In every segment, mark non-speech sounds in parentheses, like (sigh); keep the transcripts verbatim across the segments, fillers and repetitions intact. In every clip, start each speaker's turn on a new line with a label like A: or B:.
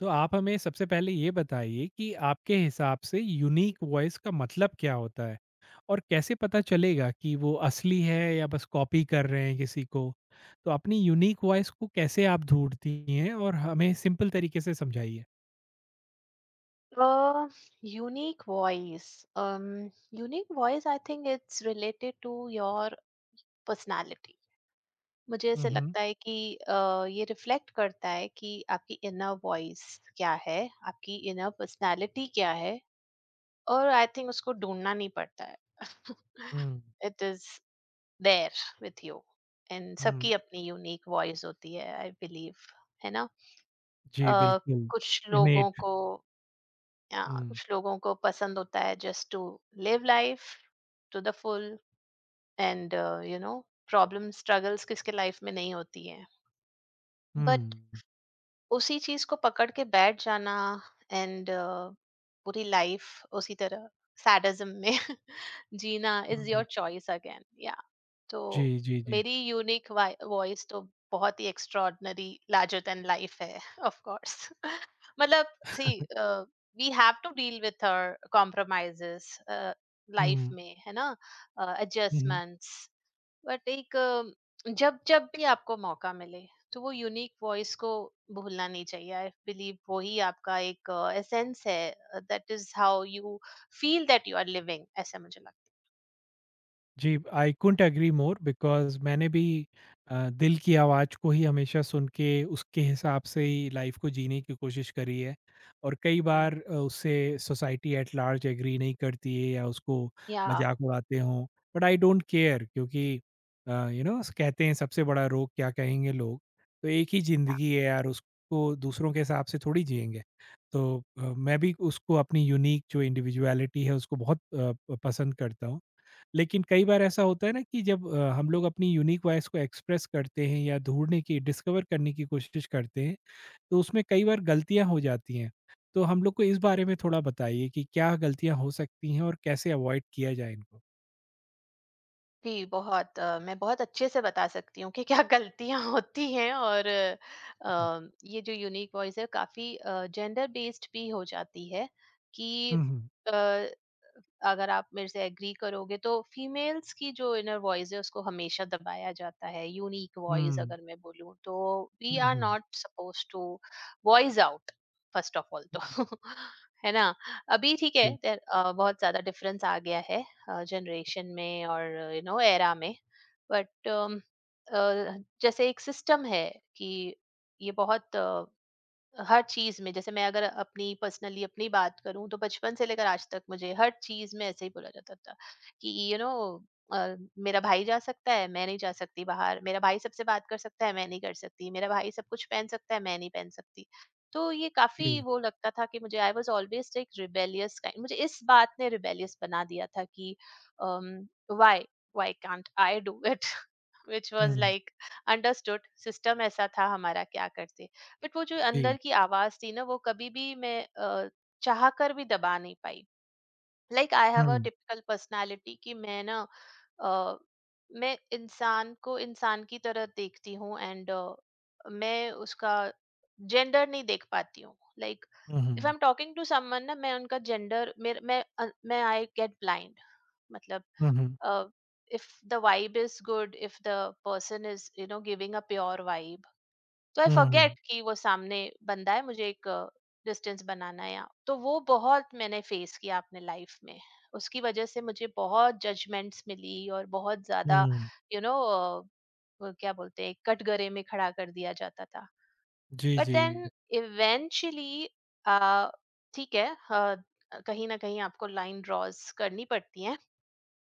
A: तो आप हमें सबसे पहले ये बताइए कि आपके हिसाब से यूनिक वॉइस का मतलब क्या होता है? और कैसे पता चलेगा कि वो असली है या बस कॉपी कर रहे हैं किसी को? तो अपनी यूनिक वॉइस को कैसे आप ढूँढती हैं और हमें सिंपल तरीके से समझाइए?
B: Uh, Unique voice. Um, unique voice, I think it's related to your personality. मुझे
A: हुँ,
B: ऐसे
A: हुँ।
B: लगता है कि अ, ये रिफ्लेक्ट करता है कि आपकी इनर वॉइस क्या है, आपकी इनर पर्सनालिटी क्या है, और आई थिंक उसको ढूंढना नहीं पड़ता है. (laughs)
A: Hmm,
B: it is there with you and
A: hmm.
B: सबकी अपनी यूनिक वॉइस होती है आई बिलीव. है ना.
A: जी,
B: अ,
A: बिल्कुल।
B: कुछ लोगों
A: इनेट।
B: को या
A: हुँ,
B: कुछ लोगों को पसंद होता है just to live life to the full and you know problem struggles किसके लाइफ में नहीं होती है. बट
A: हुँ,
B: उसी चीज को पकड़ के बैठ जाना एंड uh, पूरी लाइफ उसी तरह सैडिज्म में (laughs) जीना
A: hmm,
B: is your
A: hmm.
B: Choice again. तो
A: जी, जी, जी।
B: मेरी यूनिक वॉइस तो बहुत ही एक्स्ट्रॉर्डनरी लार्जर देन लाइफ है (laughs) ऑफ कोर्स (laughs) मतलब, see we have to deal with our compromises, life
A: hmm,
B: में है ना,
A: हुँ, हुँ।
B: एडजस्टमेंट्स. बट एक अ, जब जब भी आपको मौका मिले तो वो यूनिक वॉइस को भूलना नहीं चाहिए आई बिलीव, वही आपका एक एसेंस है, that is how you feel that you are living, ऐसा मुझे लगता
A: जी, I couldn't agree more because मैंने भी अ, दिल की आवाज़ को ही हमेशा सुन के उसके हिसाब से ही लाइफ को जीने की कोशिश करी है। और कई
B: है.
A: बार अ, उससे सोसाइटी एट लार्ज एग्री नहीं करती है या उसको
B: या
A: मज़ाक उड़ाते हों। बट आई डोंट केयर क्योंकि अ, यू नो कहते हैं सबसे बड़ा रोग क्या कहेंगे लोग। तो एक ही ज़िंदगी है यार, उसको दूसरों के हिसाब से थोड़ी जिएँगे। तो अ, मैं भी उसको अपनी यूनिक जो इंडिविजुअलिटी है उसको बहुत अ, प पसंद करता हूँ। लेकिन कई बार ऐसा होता है ना कि जब अ, हम लोग अपनी यूनिक वॉइस को एक्सप्रेस करते हैं या ढूंढने की डिस्कवर करने की कोशिश करते हैं तो उसमें कई बार गलतियां हो जाती हैं। तो हम लोग को इस बारे में थोड़ा बताइए कि क्या गलतियां हो सकती हैं और कैसे अवॉइड किया जाए इनको।
B: जी, बहुत अ, मैं बहुत अच्छे से बता सकती हूँ कि क्या गलतियाँ (laughs) होती हैं और अ, ये जो यूनिक वॉइस है काफ़ी जेंडर बेस्ड भी हो जाती है कि
A: हम्म।
B: अगर आप मेरे से एग्री करोगे तो फीमेल्स की जो इनर वॉइस है उसको हमेशा दबाया जाता है, यूनिक वॉइस
A: हम्म।
B: अगर मैं बोलूँ तो. We are
A: hmm.
B: Not suppose to voice out, first of all तो. (laughs) है ना. अभी ठीक है
A: जी,
B: there, अ, बहुत ज्यादा डिफरेंस आ गया है जनरेशन में और यू नो एरा में. बट जैसे एक सिस्टम है कि ये बहुत हर चीज़ में, जैसे मैं अगर अपनी पर्सनली अपनी बात करूँ तो बचपन से लेकर आज तक मुझे हर चीज़ में ऐसे ही बोला जाता था कि यू नो, मेरा भाई जा सकता है मैं नहीं जा सकती बाहर, मेरा भाई सबसे बात कर सकता है मैं नहीं कर सकती, मेरा भाई सब कुछ पहन सकता है मैं नहीं पहन सकती. तो ये काफी
A: जी।
B: वो लगता था कि मुझे, आई वॉज ऑलवेज एक रिबेलियस काइंड, मुझे इस बात ने रिबेलियस बना दिया था कि why, why can't I do it, which was
A: hmm.
B: Like understood system. (laughs) ऐसा था हमारा, क्या करते. बट वो जो
A: जी।
B: अंदर की आवाज थी ना वो कभी भी मैं अ, चाह कर भी दबा नहीं पाई. Like I have a
A: hmm.
B: Typical personality, कि मैं ना अ, मैं इंसान को इंसान की तरह देखती हूँ एंड मैं उसका जेंडर नहीं देख पाती हूँ, like if I
A: hmm.
B: Am talking to someone ना, मैं उनका जेंडर, मेरे मैं अ, मैं आई गेट ब्लाइंड, मतलब
A: hmm.
B: If the vibe is good, if the person is you know giving a pure vibe, तो आई फॉरगेट
A: हम्म।
B: कि वो सामने बंदा है, मुझे एक डिस्टेंस बनाना है यहाँ, तो वो बहुत मैंने फेस किया अपने लाइफ में. उसकी वजह से मुझे बहुत जजमेंट्स मिली और बहुत ज्यादा,
A: हम्म।
B: यू नो, क्या बोलते हैं, कटघरे में खड़ा कर दिया जाता था.
A: जी,
B: बट
A: जी।
B: देन इवेंचुअली ठीक है, अ, कहीं ना कहीं आपको लाइन ड्रॉज करनी पड़ती है.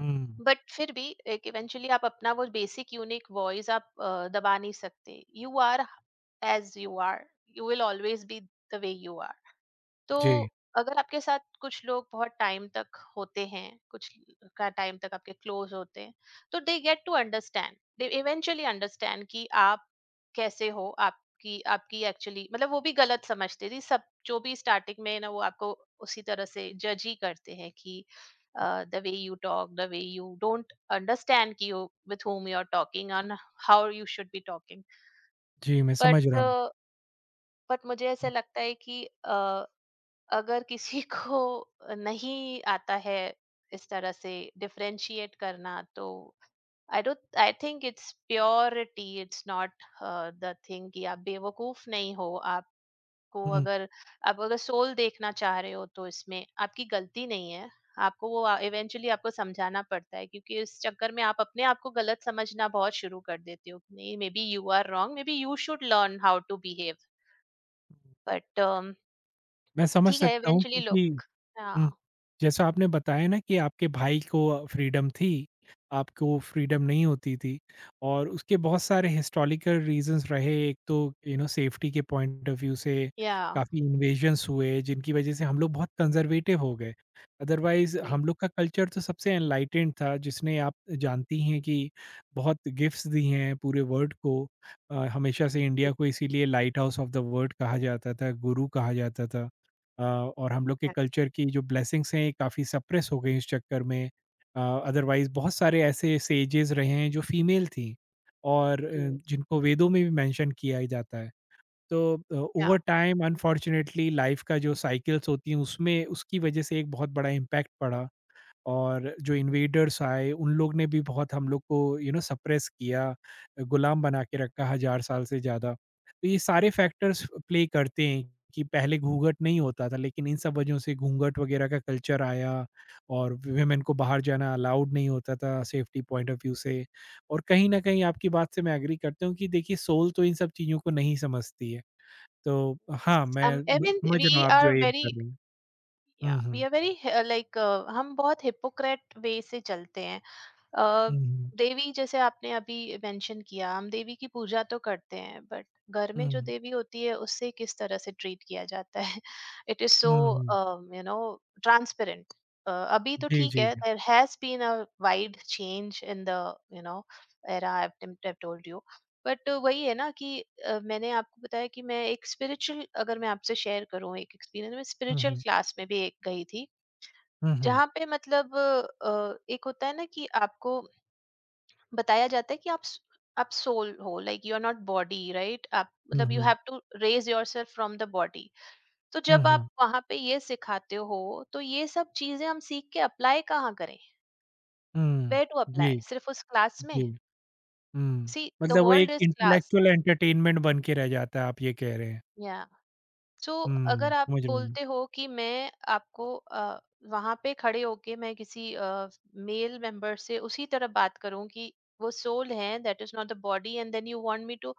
A: हम्म।
B: बट फिर भी एक इवेंचुअली आप अपना वो बेसिक यूनिक वॉइस आप अ, दबा नहीं सकते, you are as you are, you will always be the way you are. तो
A: जी,
B: अगर आपके साथ कुछ लोग बहुत टाइम तक होते हैं, कुछ का टाइम तक आपके क्लोज होते हैं, तो they get to understand, they eventually understand कि आप कैसे हो, आपकी आपकी एक्चुअली मतलब, वो भी गलत समझते थे सब जो भी स्टार्टिंग में ना, वो आपको उसी तरह से जज ही करते हैं कि the way you talk, the way you don't understand कि you, with whom you are talking on, how you should be talking.
A: जी, मैं
B: बट
A: समझ रहा हूँ।
B: बट मुझे ऐसा लगता है कि अगर किसी (laughs) को नहीं आता है इस तरह से डिफरेंशिएट करना तो I don't, I think it's purity, it's not the thing, कि आप बेवकूफ नहीं हो. आपको
A: हम्म।
B: अगर, आप अगर सोल देखना चाह रहे हो तो इसमें आपकी गलती नहीं है. आपको वो इवेंचुअली आपको समझाना पड़ता है क्योंकि इस चक्कर में आप अपने आप को गलत समझना बहुत शुरू कर देते हो कि नहीं, maybe you are wrong, maybe you should learn how to behave. But
A: मैं समझ
B: ठीक है,
A: सकता हूँ
B: इवेंचुअली
A: क्योंकि
B: लोग. हाँ.
A: हुँ। जैसा आपने बताया ना कि आपके भाई को फ्रीडम थी, आपको फ्रीडम नहीं होती थी और उसके बहुत सारे हिस्टोरिकल रीज़न्स रहे। एक तो यू नो सेफ्टी के पॉइंट ऑफ व्यू से
B: या.
A: काफ़ी इन्वेजन्स हुए जिनकी वज़ह से हम लोग बहुत कंज़र्वेटिव हो गए। Otherwise
B: Okay.
A: हम लोग का कल्चर तो सबसे एनलाइटेंड था, जिसने आप जानती हैं कि बहुत गिफ्ट्स दी हैं पूरे वर्ल्ड को। अ, हमेशा से इंडिया को इसीलिए lighthouse of the world कहा जाता था, गुरु कहा जाता था। अ, और हम लोग के
B: Yeah.
A: कल्चर की जो ब्लेसिंग्स हैं, ये काफ़ी सप्रेस हो गई इस चक्कर में। अ, अदरवाइज़ बहुत सारे ऐसे सेजेस रहे हैं जो फीमेल थीं और अ,
B: Okay.
A: जिनको वेदों में भी मेंशन किया ही जाता है। तो uh, over
B: Yeah.
A: Time unfortunately life का जो साइकल्स होती हैं उसमें उसकी वज़ह से एक बहुत बड़ा इम्पैक्ट पड़ा। और जो इन्वेडर्स आए उन लोग ने भी बहुत हम लोग को यू नो सप्रेस किया, गुलाम बना के रखा हज़ार साल से ज़्यादा। तो ये सारे फैक्टर्स प्ले करते हैं कि पहले घूंघट नहीं होता था लेकिन इन सब वजहों से घूंघट वगैरह का कल्चर आया और वुमेन को बाहर जाना अलाउड नहीं होता था सेफ्टी पॉइंट ऑफ व्यू से। और कहीं न कहीं आपकी बात से मैं एग्री करता हूँ कि देखिए सोल तो इन सब चीज़ों को नहीं समझती है। तो
B: Yes.
A: हाँ, मैं
B: Um, I
A: म
B: mean,
A: समझ रहा हूँ
B: we
A: आप जो
B: are
A: एम कर
B: very,
A: रहे हैं।
B: yeah,
A: hmm, hmm.
B: we are very, uh, like, uh, हम बहुत हिपोक्रेट वे से चलते हैं. अ,
A: हुँ, हुँ।
B: देवी जैसे आपने अभी मेंशन किया, हम देवी की पूजा तो करते हैं बट घर में जो
A: हुँ,
B: देवी होती है उससे किस तरह से ट्रीट किया जाता है (laughs) it is so
A: hmm, hmm.
B: You know transparent. अभी तो
A: जी,
B: ठीक
A: जी,
B: है
A: जी।
B: There has been a wide change in the you know era, I told you. But वही है ना कि अ, मैंने आपको बताया कि मैं एक स्पिरिचुअल, अगर मैं आपसे शेयर करूं एक एक्सपीरियंस, मैं
A: हुँ,
B: स्पिरिचुअल
A: हुँ।
B: क्लास में भी एक गई थी
A: हुँ, हुँ।
B: जहाँ पे मतलब, अ, एक होता है ना कि आपको बताया जाता है कि आप स- आप सोल हो, like you are not body right, आप
A: हुँ,
B: मतलब you
A: hmm.
B: Have to raise yourself from the body. तो
A: हुँ,
B: जब आप
A: हुँ।
B: वहां पे ये सिखाते हो तो ये सब चीजें हम सीख के अप्लाई कहाँ करें,
A: हुँ।
B: वेयर टू अप्लाई,
A: जी,
B: सिर्फ उस क्लास में?
A: जी। हुँ।
B: सी द
A: मतलब वो एक
B: world is class,
A: intellectual entertainment बन के रह जाता है, आप ये कह रहे हैं।
B: या सो.
A: हुँ,
B: अगर आप
A: समझ रहा हूँ मैं।
B: बोलते हो कि मैं आपको अ, वहां पे खड़े होके मैं किसी मेल मेंबर से उसी तरह बात करूं कि वो सोल है, that is not the body, and then you want me to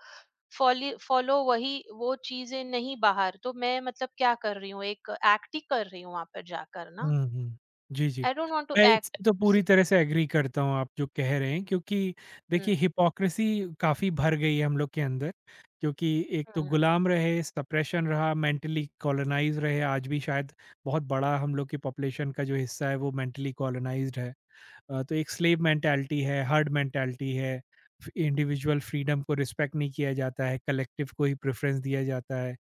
B: follow वही, वो चीजें नहीं बाहर, तो मैं मतलब क्या कर रही हूँ, एक एक्ट ही कर रही हूँ वहां पर जाकर ना.
A: हुँ, हुँ। जी, जी।
B: आई डोंट वांट टू
A: मैं
B: एक्ट.
A: इससे तो पूरी तरह से एग्री करता हूँ आप जो कह रहे हैं क्योंकि देखिए हिपोक्रेसी काफ़ी भर गई है हम लोग के अंदर, क्योंकि एक तो गुलाम रहे, सप्रेशन रहा, मेंटली कॉलोनाइज़ रहे, आज भी शायद बहुत बड़ा हम लोग की पॉपुलेशन का जो हिस्सा है वो मेंटली कॉलोनाइज़्ड है। अ, तो एक स्लेव मेंटालिटी है, हर्ड मेंटालिटी है, फ इंडिविजुअल फ्रीडम को रिस्पेक्ट नहीं किया जाता है, कलेक्टिव को ही प्रेफ़रेंस दिया जाता है,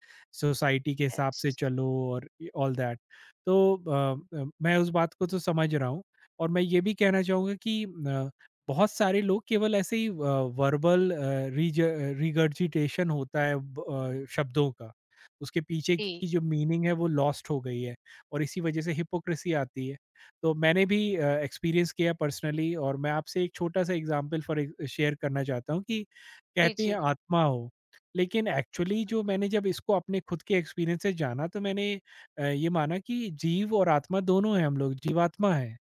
A: सोसाइटी के हिसाब से चलो और ऑल दैट। तो अ, अ, मैं उस बात को तो समझ रहा हूँ और मैं ये भी कहना चाहूँगा कि अ, बहुत सारे लोग केवल ऐसे ही वर्बल रिज रिगर्जिटेशन होता है ब- अ, शब्दों का, उसके पीछे
B: जी,
A: की जो मीनिंग है वो लॉस्ट हो गई है और इसी वजह से हिपोक्रेसी आती है। तो मैंने भी एक्सपीरियंस किया पर्सनली और मैं आपसे एक छोटा सा एग्जांपल फॉर शेयर करना चाहता हूँ कि
B: जी,
A: कहते हैं
B: जी,
A: आत्मा हो, लेकिन एक्चुअली जो मैंने जब इसको अपने खुद के एक्सपीरियंस से जाना तो मैंने अ, ये माना कि जीव और आत्मा दोनों हैं हम लोग, जीवात्मा हैं।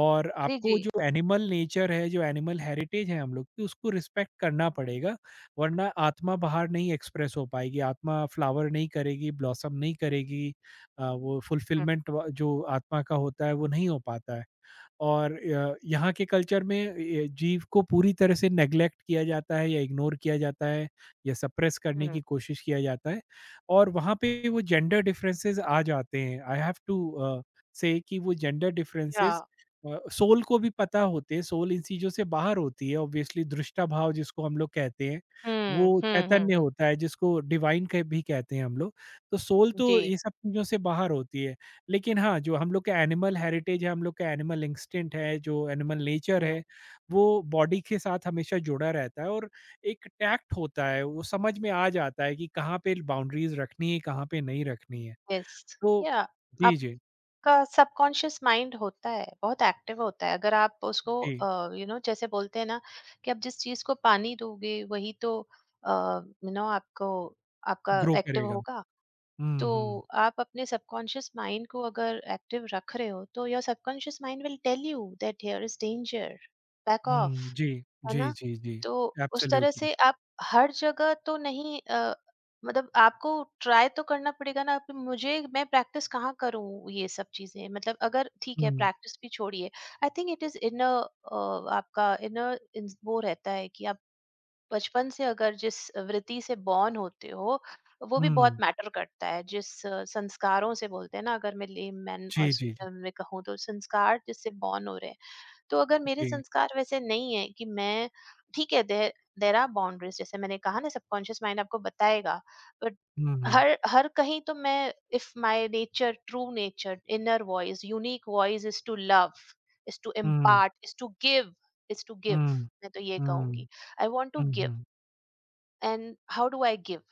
A: और
B: जी,
A: आपको
B: जी.
A: जो एनिमल नेचर है, जो एनिमल हेरिटेज है हम लोग की, उसको रिस्पेक्ट करना पड़ेगा, वरना आत्मा बाहर नहीं एक्सप्रेस हो पाएगी, आत्मा फ्लावर नहीं करेगी, ब्लॉसम नहीं करेगी। अ, वो
B: हम्म,
A: फुलफिलमेंट व जो आत्मा का होता है, वो नहीं हो पाता है। और अ, यहाँ के कल्चर में ए, जीव को पूरी तरह से नेग्लेक्ट किया जाता है या इग्नोर किया जाता है या सप्रेस करने
B: हम्म,
A: की कोशिश किया जाता है, और वहाँ पे वो जेंडर डिफरेंसेस आ जाते हैं, आई हैव टू से कि वो जेंडर
B: या.
A: डिफरेंसेस सोल को भी पता होते हैं, सोल इन चीज़ों से बाहर होती है ऑब्वियसली, दृष्टा भाव जिसको हम लोग कहते हैं,
B: हम्म,
A: वो
B: हम्म, हम्म,
A: चैतन्य
B: हम्म,
A: होता है जिसको डिवाइन भी कहते हैं हम लोग। तो सोल तो
B: जी.
A: ये सब चीज़ों से बाहर होती है, लेकिन हाँ, जो हम लोग का एनिमल हेरिटेज है, हम लोग का एनिमल इंस्टिंक्ट है, जो एनिमल नेचर है, वो बॉडी के साथ हमेशा जुड़ा रहता है, और एक टैक्ट होता है, वो समझ में आ जाता है कि कहाँ पे बाउंड्रीज़ रखनी है, कहाँ पे नहीं रखनी है।
B: यस.
A: तो
B: या
A: जी, जी,
B: का सबकॉन्शियस माइंड होता है, बहुत एक्टिव होता है, अगर आप उसको
A: जी,
B: यू नो जैसे बोलते हैं ना कि आप जिस चीज को पानी दोगे वही तो यू नो आपको आपका
A: ग्रो
B: एक्टिव
A: करेगा।
B: होगा. तो
A: हुँ, हुँ,
B: आप अपने सबकॉन्शियस माइंड को अगर एक्टिव रख रहे हो तो your subconscious mind will tell you that here is danger, back
A: hmm,
B: off,
A: जी,
B: है
A: जी,
B: ना?
A: जी, जी,
B: तो उस तरह
A: एब्सोल्युटली।
B: से आप, हर जगह तो नहीं, अ, मतलब आपको ट्राई तो करना पड़ेगा ना कि मुझे, मैं प्रैक्टिस कहाँ करूँ ये सब चीज़ें? मतलब अगर ठीक है
A: हुँ,
B: प्रैक्टिस भी छोड़िए, I think it is inner, uh, आपका इनर इंस वो रहता है कि आप बचपन से अगर जिस वृत्ति से बॉर्न होते हो, वो भी बहुत
A: हुँ,
B: मैटर करता है. जिस अ, संस्कारों से बोलते हैं ना, अगर मैं लेमैन और
A: जी,
B: स
A: जी, जी,
B: में कहूँ तो, संस्कार जिससे बॉर्न हो रहे हैं, तो अगर मेरे
A: जी,
B: संस्कार वैसे नहीं है कि मैं ठीक है, देर देर आर बाउंड्रीज, जैसे मैंने कहा ना, सबकॉन्शियस माइंड आपको बताएगा. बट
A: हुँ, हुँ,
B: हर हर कहीं तो मैं, if my nature, true nature, inner voice, unique voice is to love, is to
A: hmm,
B: impart, is to give, is to give,
A: हुँ,
B: मैं तो ये
A: हुँ,
B: कहूंगी, I want to
A: hmm,
B: give,
A: hmm,
B: and how do I give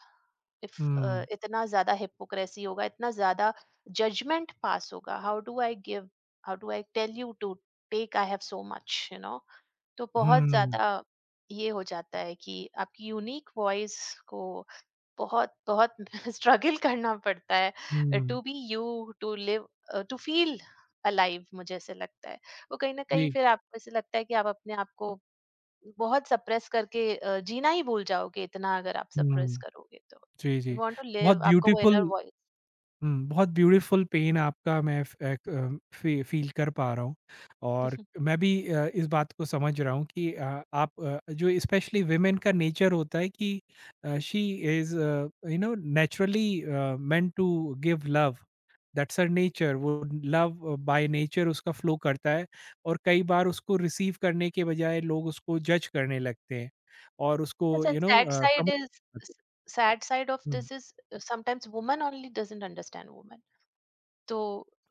B: if
A: हुँ,
B: इतना ज्यादा hypocrisy होगा, इतना ज्यादा जजमेंट पास होगा, how do I give, how do I tell you to take, I have so much you know. तो बहुत
A: हुँ,
B: ज़्यादा ये हो जाता है कि आपकी यूनिक वॉइस को बहुत बहुत (laughs) स्ट्रगल करना पड़ता है
A: हुँ,
B: to be you, to live, to feel alive, मुझे ऐसे लगता है. वो कहीं ना कहीं
A: जी।
B: फिर आपको ऐसे लगता है कि आप अपने आप को बहुत सप्रेस करके अ, जीना ही भूल जाओगे, इतना अगर आप सप्रेस
A: हुँ।
B: करोगे तो.
A: जी,
B: यू
A: जी।
B: वांट टू
A: बहुत
B: लिव, आपका वो इनर
A: ब्यूटीफुल।
B: वॉइस.
A: हुँ, बहुत ब्यूटीफुल पेन आपका, मैं फ एक अ, फ़ी फ़ील कर पा रहा हूँ, और
B: (laughs)
A: मैं भी अ, इस बात को समझ रहा हूँ कि अ, आप अ, जो स्पेशली वुमेन का नेचर होता है कि अ, she is uh, you know naturally uh, meant to give love. That's her nature, वो लव बाय नेचर उसका फ्लो करता है और कई बार उसको रिसीव करने के बजाय लोग उसको जज करने लगते हैं और उसको
B: Yes, and
A: you know
B: sad
A: uh,
B: side
A: समझ।
B: is, s- sad side of this is, uh, sometimes woman only doesn't understand women. तो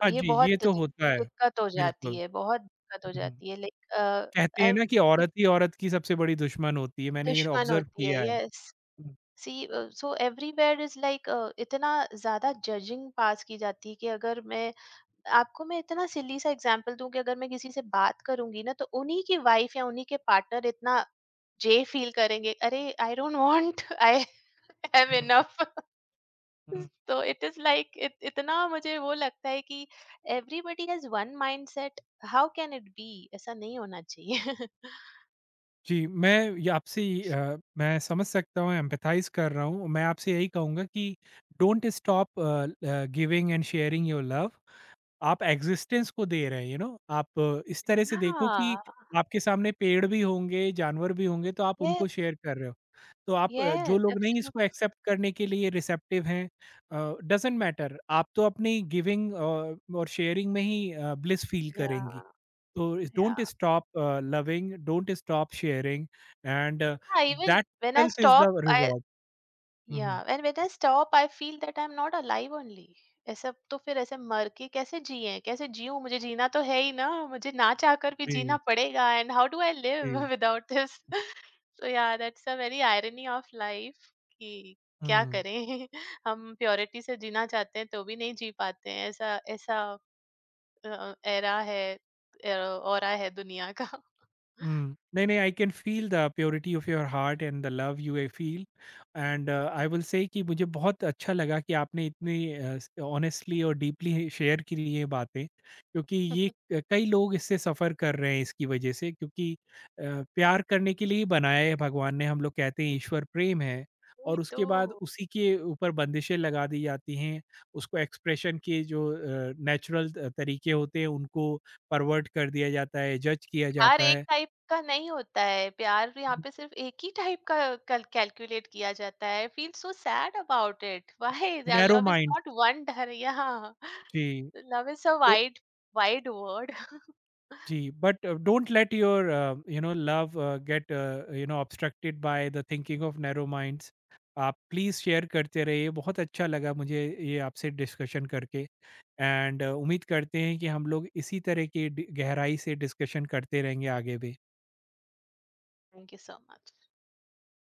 A: हाँ
B: ये
A: जी, ये
B: बहुत
A: तो
B: दिक
A: होता है।
B: दिक्कत हो जाती
A: बिल्कुल।
B: है, बहुत दिक्कत हो
A: हुँ।
B: जाती है, लाइक, अ,
A: कहते हैं
B: एव
A: ना कि
B: एक
A: औरत ही औरत की सबसे बड़ी दुश्मन होती है, मैंने ये
B: दुश्मन
A: ऑब्ज़र्व
B: होती है,
A: किया है।
B: Yes.
A: Hmm,
B: see, uh, so everywhere is like, uh, इतना ज़्यादा जजिंग पास की जाती है कि अगर मैं आपको, मैं इतना सिली सा एग्ज़ाम्पल दूँ कि अगर मैं किसी से बात करूँगी ना तो उन्हीं की वाइफ़ या उन्हीं के पार्टनर इतना जे फील करेंगे, "अरे! I don't want, I have
A: hmm,
B: enough." (laughs)
A: हुँ।
B: तो इट इज लाइक, इतना मुझे वो लगता है कि everybody has one mindset, how can it be, ऐसा नहीं होना चाहिए. (laughs)
A: जी, मैं ये आपसे ये, अ, मैं समझ सकता हूँ, एम्पैथाइज़ कर रहा हूँ। मैं आपसे यही कहूँगा कि डोंट स्टॉप अ, ल giving and sharing your love. आप एक्सिस्टेंस को दे रहे हैं, यू नो? आप अ, इस तरह से देखो कि
B: Yeah.
A: आपके सामने पेड़ भी होंगे, जानवर भी होंगे, तो आप
B: Yes,
A: उनको शेयर कर रहे हो। तो आप अ, जो
B: yes,
A: लोग नहीं इसको
B: absolutely.
A: एक्सेप्ट करने के लिए रिसेप्टिव हैं, अ, डज़न्ट मैटर, आप तो अपनी गिविंग अ, और शेयरिंग में ही अ, ब्लिस फील
B: Yeah,
A: करेंगी। तो
B: yeah.
A: Don't stop uh, loving, don't stop sharing and
B: Yeah, even
A: that
B: when I
A: self is the
B: stop, I
A: reward. हुँ, हुँ।
B: Yeah, and when I stop, I feel that I'm not alive only. ऐसा तो फिर ऐसे मर के कैसे जिए, कैसे जीऊं, मुझे जीना तो है ही ना, मुझे ना चाहकर भी जीना
A: जी,
B: पड़ेगा, एंड हाउ डू आई
A: जी।
B: Live without this. सो या that's a very irony of life (laughs) कि क्या
A: हुँ।
B: करें. (laughs) हम प्योरिटी से जीना चाहते हैं तो भी नहीं जी पाते हैं, ऐसा ऐसा एरा है और है दुनिया का. (laughs)
A: Mm. नहीं, नहीं, I can feel the purity of your heart and the love you I feel, and uh, I will say कि मुझे बहुत अच्छा लगा कि आपने इतनी ऑनेस्टली और डीपली शेयर की ये बातें, क्योंकि ये क- कई लोग इससे सफ़र कर रहे हैं इसकी वजह से, क्योंकि अ, प्यार करने के लिए ही बनाया है भगवान ने, हम लोग कहते हैं ईश्वर प्रेम है,
B: वही
A: और
B: तो,
A: उसके बाद उसी के ऊपर बंदिशें लगा दी जाती हैं, उसको एक्सप्रेशन के जो नेचुरल तरीके होते हैं उनको परवर्ट कर दिया जाता है, जज किया
B: प्यार
A: जाता
B: एक
A: है।
B: टाइप का नहीं होता है, प्यार यहाँ पे सिर्फ एक ही टाइप का कल कैलकुलेट किया जाता है, feel so sad about it, why.
A: Narrow
B: love is
A: mind.
B: Not one डर, या,
A: जी,
B: लव इज अ
A: तो
B: वाइड वाइड वर्ड.
A: जी, but don't let your uh, you know love uh, get uh, you know obstructed by the thinking of narrow minds. आप please share करते रहिए, बहुत अच्छा लगा मुझे ये आपसे डिस्कशन करके, एंड उम्मीद करते हैं कि हम लोग इसी तरह की डि- गहराई से डिस्कशन करते रहेंगे आगे भी।
B: Thank you so much.